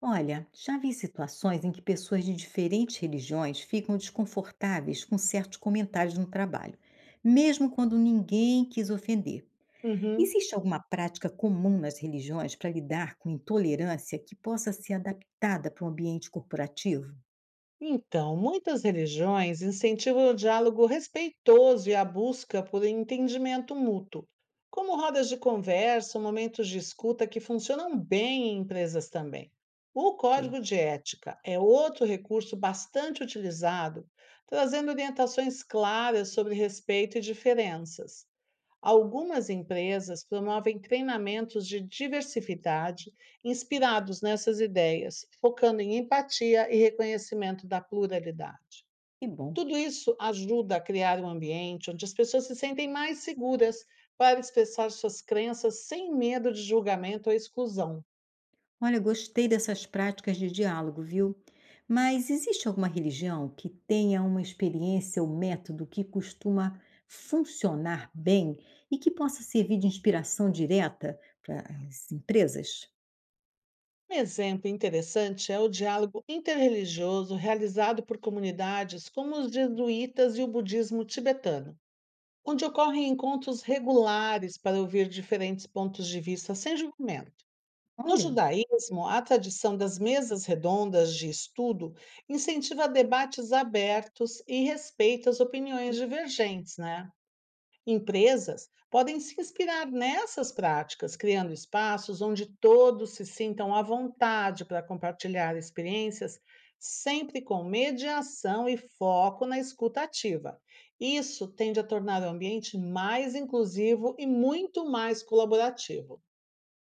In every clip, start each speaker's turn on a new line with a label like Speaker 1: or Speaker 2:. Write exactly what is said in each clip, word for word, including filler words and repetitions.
Speaker 1: Olha, já vi situações em que pessoas de diferentes religiões ficam desconfortáveis com certos comentários no trabalho, mesmo quando ninguém quis ofender.
Speaker 2: Uhum.
Speaker 1: Existe alguma prática comum nas religiões para lidar com intolerância que possa ser adaptada para um ambiente corporativo?
Speaker 2: Então, muitas religiões incentivam o diálogo respeitoso e a busca por entendimento mútuo, como rodas de conversa ou momentos de escuta que funcionam bem em empresas também. O
Speaker 1: Ok,
Speaker 2: código de ética é outro recurso bastante utilizado, trazendo orientações claras sobre respeito e diferenças. Algumas empresas promovem treinamentos de diversidade inspirados nessas ideias, focando em empatia e reconhecimento da pluralidade.
Speaker 1: que bom.
Speaker 2: Tudo isso ajuda a criar um ambiente onde as pessoas se sentem mais seguras para expressar suas crenças sem medo de julgamento ou exclusão.
Speaker 1: Olha, gostei dessas práticas de diálogo, viu? Mas existe alguma religião que tenha uma experiência ou método que costuma funcionar bem e que possa servir de inspiração direta para as empresas?
Speaker 2: Um exemplo interessante é o diálogo interreligioso realizado por comunidades como os jesuítas e o budismo tibetano onde ocorrem encontros regulares para ouvir diferentes pontos de vista sem julgamento. No
Speaker 1: Olha,
Speaker 2: judaísmo, a tradição das mesas redondas de estudo incentiva debates abertos e respeita as opiniões divergentes, né? Empresas podem se inspirar nessas práticas, criando espaços onde todos se sintam à vontade para compartilhar experiências, sempre com mediação e foco na escuta ativa. Isso tende a tornar o ambiente mais inclusivo e muito mais colaborativo.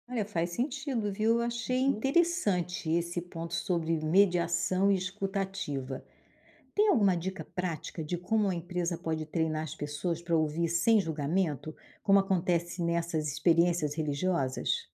Speaker 1: olha, faz sentido, viu? Eu Achei
Speaker 2: Hum.
Speaker 1: interessante esse ponto sobre mediação e escutativa. Tem alguma dica prática de como a empresa pode treinar as pessoas para ouvir sem julgamento, como acontece nessas experiências religiosas?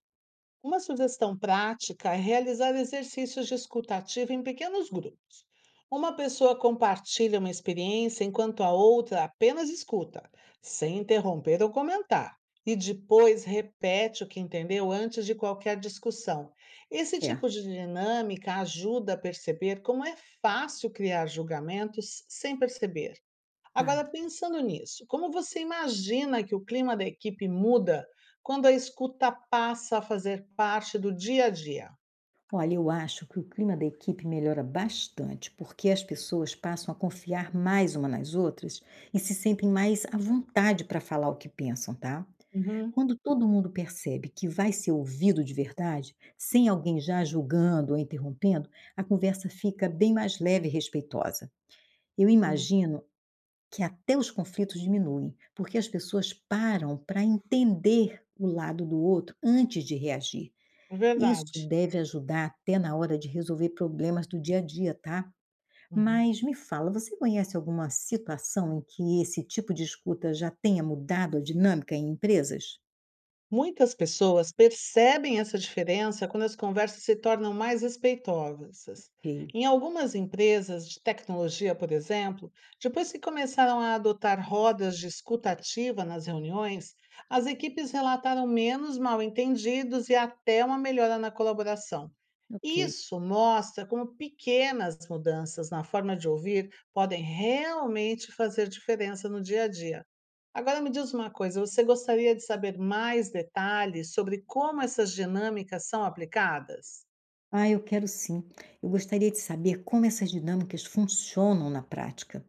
Speaker 2: Uma sugestão prática é realizar exercícios de escuta ativa em pequenos grupos. Uma pessoa compartilha uma experiência enquanto a outra apenas escuta, sem interromper ou comentar, e depois repete o que entendeu antes de qualquer discussão. Esse tipo
Speaker 1: Certo.
Speaker 2: de dinâmica ajuda a perceber como é fácil criar julgamentos sem perceber.
Speaker 1: Tá.
Speaker 2: Agora, pensando nisso, como você imagina que o clima da equipe muda quando a escuta passa a fazer parte do dia a dia?
Speaker 1: Olha, eu acho que o clima da equipe melhora bastante, porque as pessoas passam a confiar mais uma nas outras e se sentem mais à vontade para falar o que pensam, tá?
Speaker 2: Uhum,
Speaker 1: Quando todo mundo percebe que vai ser ouvido de verdade, sem alguém já julgando ou interrompendo, a conversa fica bem mais leve e respeitosa. Eu
Speaker 2: hum.
Speaker 1: imagino que até os conflitos diminuem, porque as pessoas param para entender o lado do outro antes de reagir. Isso
Speaker 2: Verdade.
Speaker 1: deve ajudar até na hora de resolver problemas do dia a dia, tá?
Speaker 2: Uhum.
Speaker 1: Mas me fala, você conhece alguma situação em que esse tipo de escuta já tenha mudado a dinâmica em empresas?
Speaker 2: Muitas pessoas percebem essa diferença quando as conversas se tornam mais respeitosas.
Speaker 1: Ok,
Speaker 2: Em algumas empresas de tecnologia, por exemplo, depois que começaram a adotar rodas de escuta ativa nas reuniões, as equipes relataram menos mal-entendidos e até uma melhora na colaboração.
Speaker 1: ok.
Speaker 2: Isso mostra como pequenas mudanças na forma de ouvir podem realmente fazer diferença no dia a dia. Agora me diz uma coisa, você gostaria de saber mais detalhes sobre como essas dinâmicas são aplicadas?
Speaker 1: Ah, eu quero sim. Eu gostaria de saber como essas dinâmicas funcionam na prática.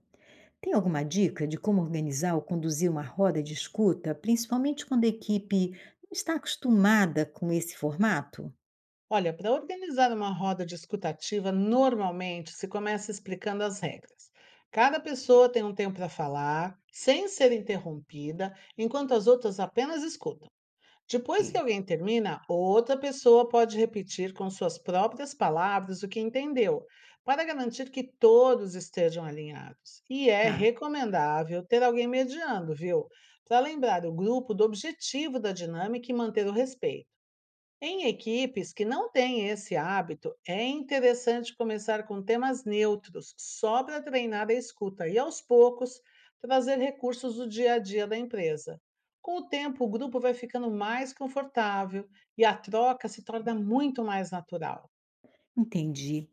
Speaker 1: Tem alguma dica de como organizar ou conduzir uma roda de escuta, principalmente quando a equipe não está acostumada com esse formato?
Speaker 2: Olha, para organizar uma roda discutativa, normalmente se começa explicando as regras. Cada pessoa tem um tempo para falar, sem ser interrompida, enquanto as outras apenas escutam. Depois que
Speaker 1: Ok.
Speaker 2: alguém termina, outra pessoa pode repetir com suas próprias palavras o que entendeu, para garantir que todos estejam alinhados. E é
Speaker 1: Tá,
Speaker 2: recomendável ter alguém mediando, viu? Para lembrar o grupo do objetivo da dinâmica e manter o respeito. Em equipes que não têm esse hábito, é interessante começar com temas neutros, só para treinar a escuta e, aos poucos, trazer recursos do dia a dia da empresa. Com o tempo, o grupo vai ficando mais confortável e a troca se torna muito mais natural.
Speaker 1: entendi.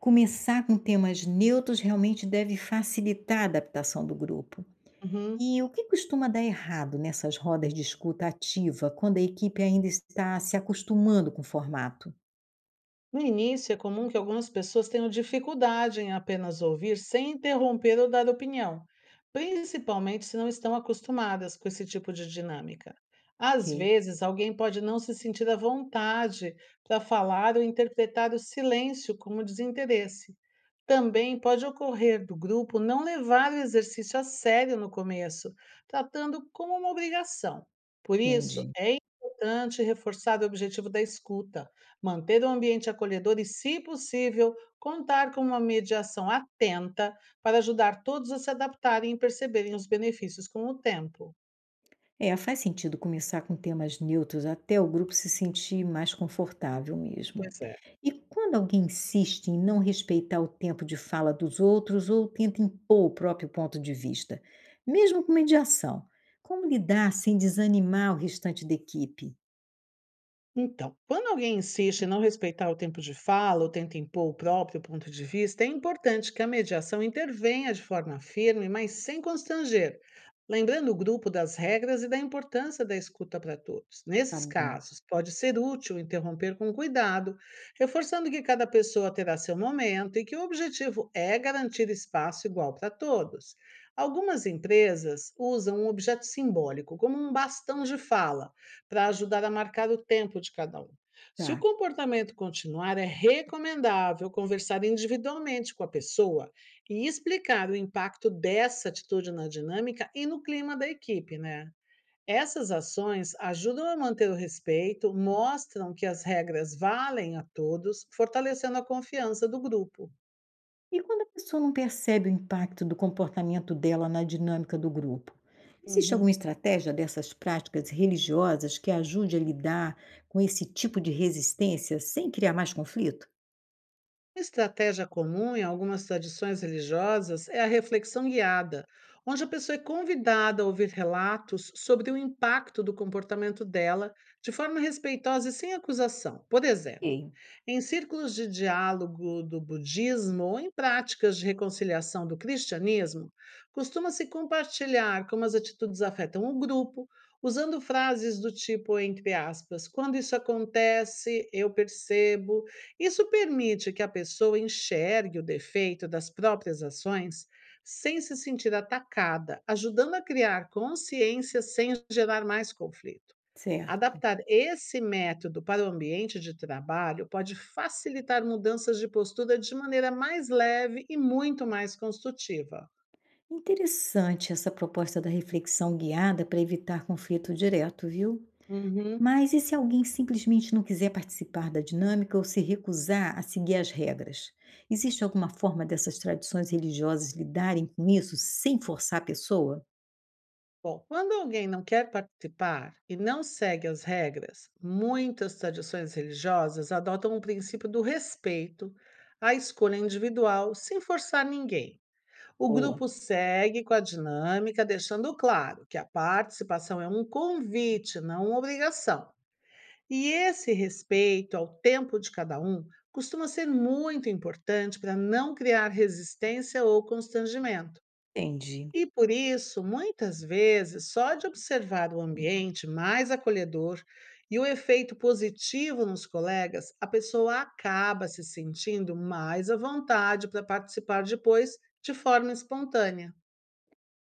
Speaker 1: Começar com temas neutros realmente deve facilitar a adaptação do grupo.
Speaker 2: Uhum.
Speaker 1: E o que costuma dar errado nessas rodas de escuta ativa, quando a equipe ainda está se acostumando com o formato?
Speaker 2: No início, é comum que algumas pessoas tenham dificuldade em apenas ouvir sem interromper ou dar opinião, principalmente se não estão acostumadas com esse tipo de dinâmica. Às
Speaker 1: Ok.
Speaker 2: vezes, alguém pode não se sentir à vontade para falar ou interpretar o silêncio como desinteresse. Também pode ocorrer do grupo não levar o exercício a sério no começo, tratando como uma obrigação. Por isso,
Speaker 1: Entendi.
Speaker 2: é importante reforçar o objetivo da escuta, manter o ambiente acolhedor e, se possível, contar com uma mediação atenta para ajudar todos a se adaptarem e perceberem os benefícios com o tempo.
Speaker 1: É, faz sentido começar com temas neutros até o grupo se sentir mais confortável mesmo.
Speaker 2: Pois é.
Speaker 1: E quando alguém insiste em não respeitar o tempo de fala dos outros ou tenta impor o próprio ponto de vista, mesmo com mediação, como lidar sem desanimar o restante da equipe?
Speaker 2: Então, quando alguém insiste em não respeitar o tempo de fala ou tenta impor o próprio ponto de vista, é importante que a mediação intervenha de forma firme, mas sem constranger, lembrando o grupo das regras e da importância da escuta para todos.
Speaker 1: Tá
Speaker 2: Nesses
Speaker 1: bom,
Speaker 2: casos, pode ser útil interromper com cuidado, reforçando que cada pessoa terá seu momento e que o objetivo é garantir espaço igual para todos. Algumas empresas usam um objeto simbólico, como um bastão de fala para ajudar a marcar o tempo de cada um. Se o
Speaker 1: tá.
Speaker 2: comportamento continuar, é recomendável conversar individualmente com a pessoa e explicar o impacto dessa atitude na dinâmica e no clima da equipe, né? Essas ações ajudam a manter o respeito, mostram que as regras valem a todos, fortalecendo a confiança do grupo.
Speaker 1: E quando a pessoa não percebe o impacto do comportamento dela na dinâmica do grupo? Existe
Speaker 2: Uhum.
Speaker 1: alguma estratégia dessas práticas religiosas que ajude a lidar com esse tipo de resistência sem criar mais conflito?
Speaker 2: Uma estratégia comum em algumas tradições religiosas é a reflexão guiada, onde a pessoa é convidada a ouvir relatos sobre o impacto do comportamento dela de forma respeitosa e sem acusação. Por exemplo,
Speaker 1: Sim,
Speaker 2: em círculos de diálogo do budismo ou em práticas de reconciliação do cristianismo, costuma-se compartilhar como as atitudes afetam o grupo, usando frases do tipo, entre aspas, quando isso acontece, eu percebo. Isso permite que a pessoa enxergue o defeito das próprias ações sem se sentir atacada, ajudando a criar consciência sem gerar mais conflito.
Speaker 1: certo.
Speaker 2: Adaptar esse método para o ambiente de trabalho pode facilitar mudanças de postura de maneira mais leve e muito mais construtiva.
Speaker 1: Interessante essa proposta da reflexão guiada para evitar conflito direto, viu?
Speaker 2: Uhum.
Speaker 1: Mas e se alguém simplesmente não quiser participar da dinâmica ou se recusar a seguir as regras? Existe alguma forma dessas tradições religiosas lidarem com isso sem forçar a pessoa?
Speaker 2: Bom, quando alguém não quer participar e não segue as regras, muitas tradições religiosas adotam o princípio do respeito à escolha individual, sem forçar ninguém. O
Speaker 1: Boa,
Speaker 2: grupo segue com a dinâmica, deixando claro que a participação é um convite, não uma obrigação. E esse respeito ao tempo de cada um costuma ser muito importante para não criar resistência ou constrangimento.
Speaker 1: entendi.
Speaker 2: E por isso, muitas vezes, só de observar o ambiente mais acolhedor e o efeito positivo nos colegas, a pessoa acaba se sentindo mais à vontade para participar depois de forma espontânea.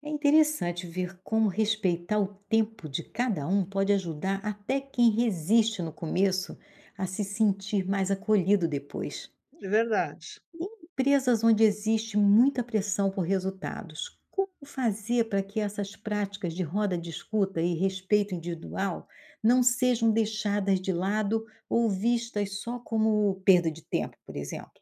Speaker 1: É interessante ver como respeitar o tempo de cada um pode ajudar até quem resiste no começo a se sentir mais acolhido depois.
Speaker 2: É verdade.
Speaker 1: Em empresas onde existe muita pressão por resultados, como fazer para que essas práticas de roda de escuta e respeito individual não sejam deixadas de lado ou vistas só como perda de tempo, por exemplo?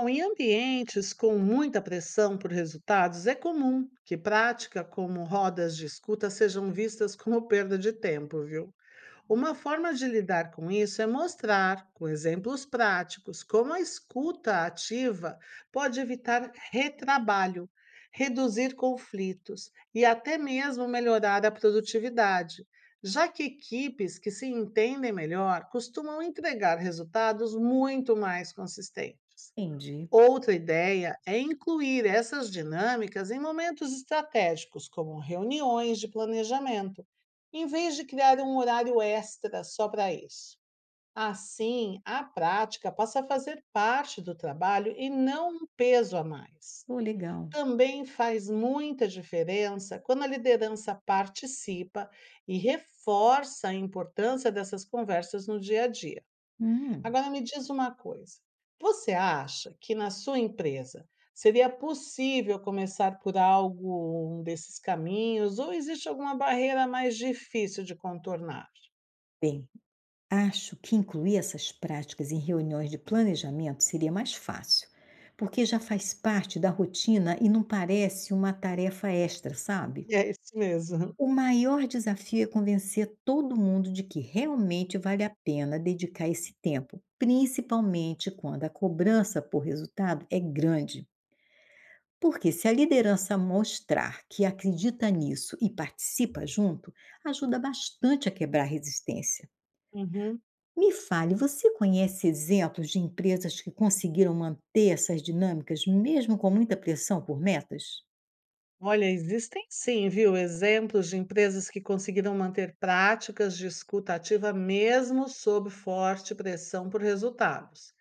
Speaker 2: Bom, em ambientes com muita pressão por resultados, é comum que prática como rodas de escuta sejam vistas como perda de tempo, viu? Uma forma de lidar com isso é mostrar, com exemplos práticos, como a escuta ativa pode evitar retrabalho, reduzir conflitos e até mesmo melhorar a produtividade. Já que equipes que se entendem melhor costumam entregar resultados muito mais consistentes.
Speaker 1: Entendi.
Speaker 2: Outra ideia é incluir essas dinâmicas em momentos estratégicos, como reuniões de planejamento, em vez de criar um horário extra só para isso. Assim, a prática passa a fazer parte do trabalho e não um peso a mais.
Speaker 1: Pô, legal.
Speaker 2: Também faz muita diferença quando a liderança participa e reforça a importância dessas conversas no dia a dia.
Speaker 1: Hum.
Speaker 2: Agora me diz uma coisa, você acha que na sua empresa seria possível começar por algum desses caminhos ou existe alguma barreira mais difícil de contornar?
Speaker 1: Bem, acho que incluir essas práticas em reuniões de planejamento seria mais fácil, porque já faz parte da rotina e não parece uma tarefa extra, sabe?
Speaker 2: É isso mesmo.
Speaker 1: O maior desafio é convencer todo mundo de que realmente vale a pena dedicar esse tempo, principalmente quando a cobrança por resultado é grande. Porque se a liderança mostrar que acredita nisso e participa junto, ajuda bastante a quebrar a resistência.
Speaker 2: Uhum.
Speaker 1: Me fale, você conhece exemplos de empresas que conseguiram manter essas dinâmicas mesmo com muita pressão por metas?
Speaker 2: Olha, existem sim, viu, exemplos de empresas que conseguiram manter práticas de escuta ativa mesmo sob forte pressão por resultados.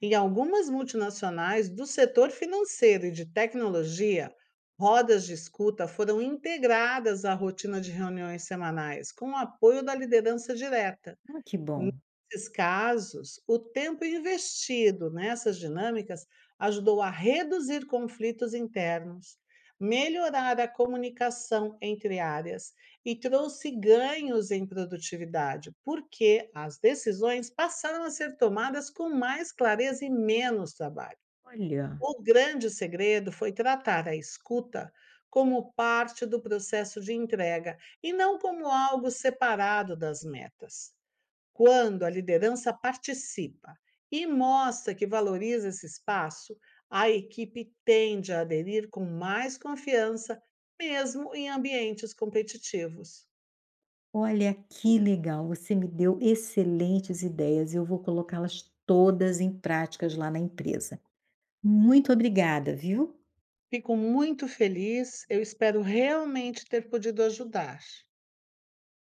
Speaker 2: Em algumas multinacionais do setor financeiro e de tecnologia, rodas de escuta foram integradas à rotina de reuniões semanais, com o apoio da liderança direta.
Speaker 1: Ah, que bom.
Speaker 2: Nesses casos, o tempo investido nessas dinâmicas ajudou a reduzir conflitos internos, melhorar a comunicação entre áreas e trouxe ganhos em produtividade, porque as decisões passaram a ser tomadas com mais clareza e menos trabalho.
Speaker 1: Olha,
Speaker 2: O grande segredo foi tratar a escuta como parte do processo de entrega e não como algo separado das metas. Quando a liderança participa e mostra que valoriza esse espaço, a equipe tende a aderir com mais confiança, mesmo em ambientes competitivos.
Speaker 1: Olha que legal, você me deu excelentes ideias, eu vou colocá-las todas em práticas lá na empresa. Muito obrigada, viu?
Speaker 2: Fico muito feliz, eu espero realmente ter podido ajudar.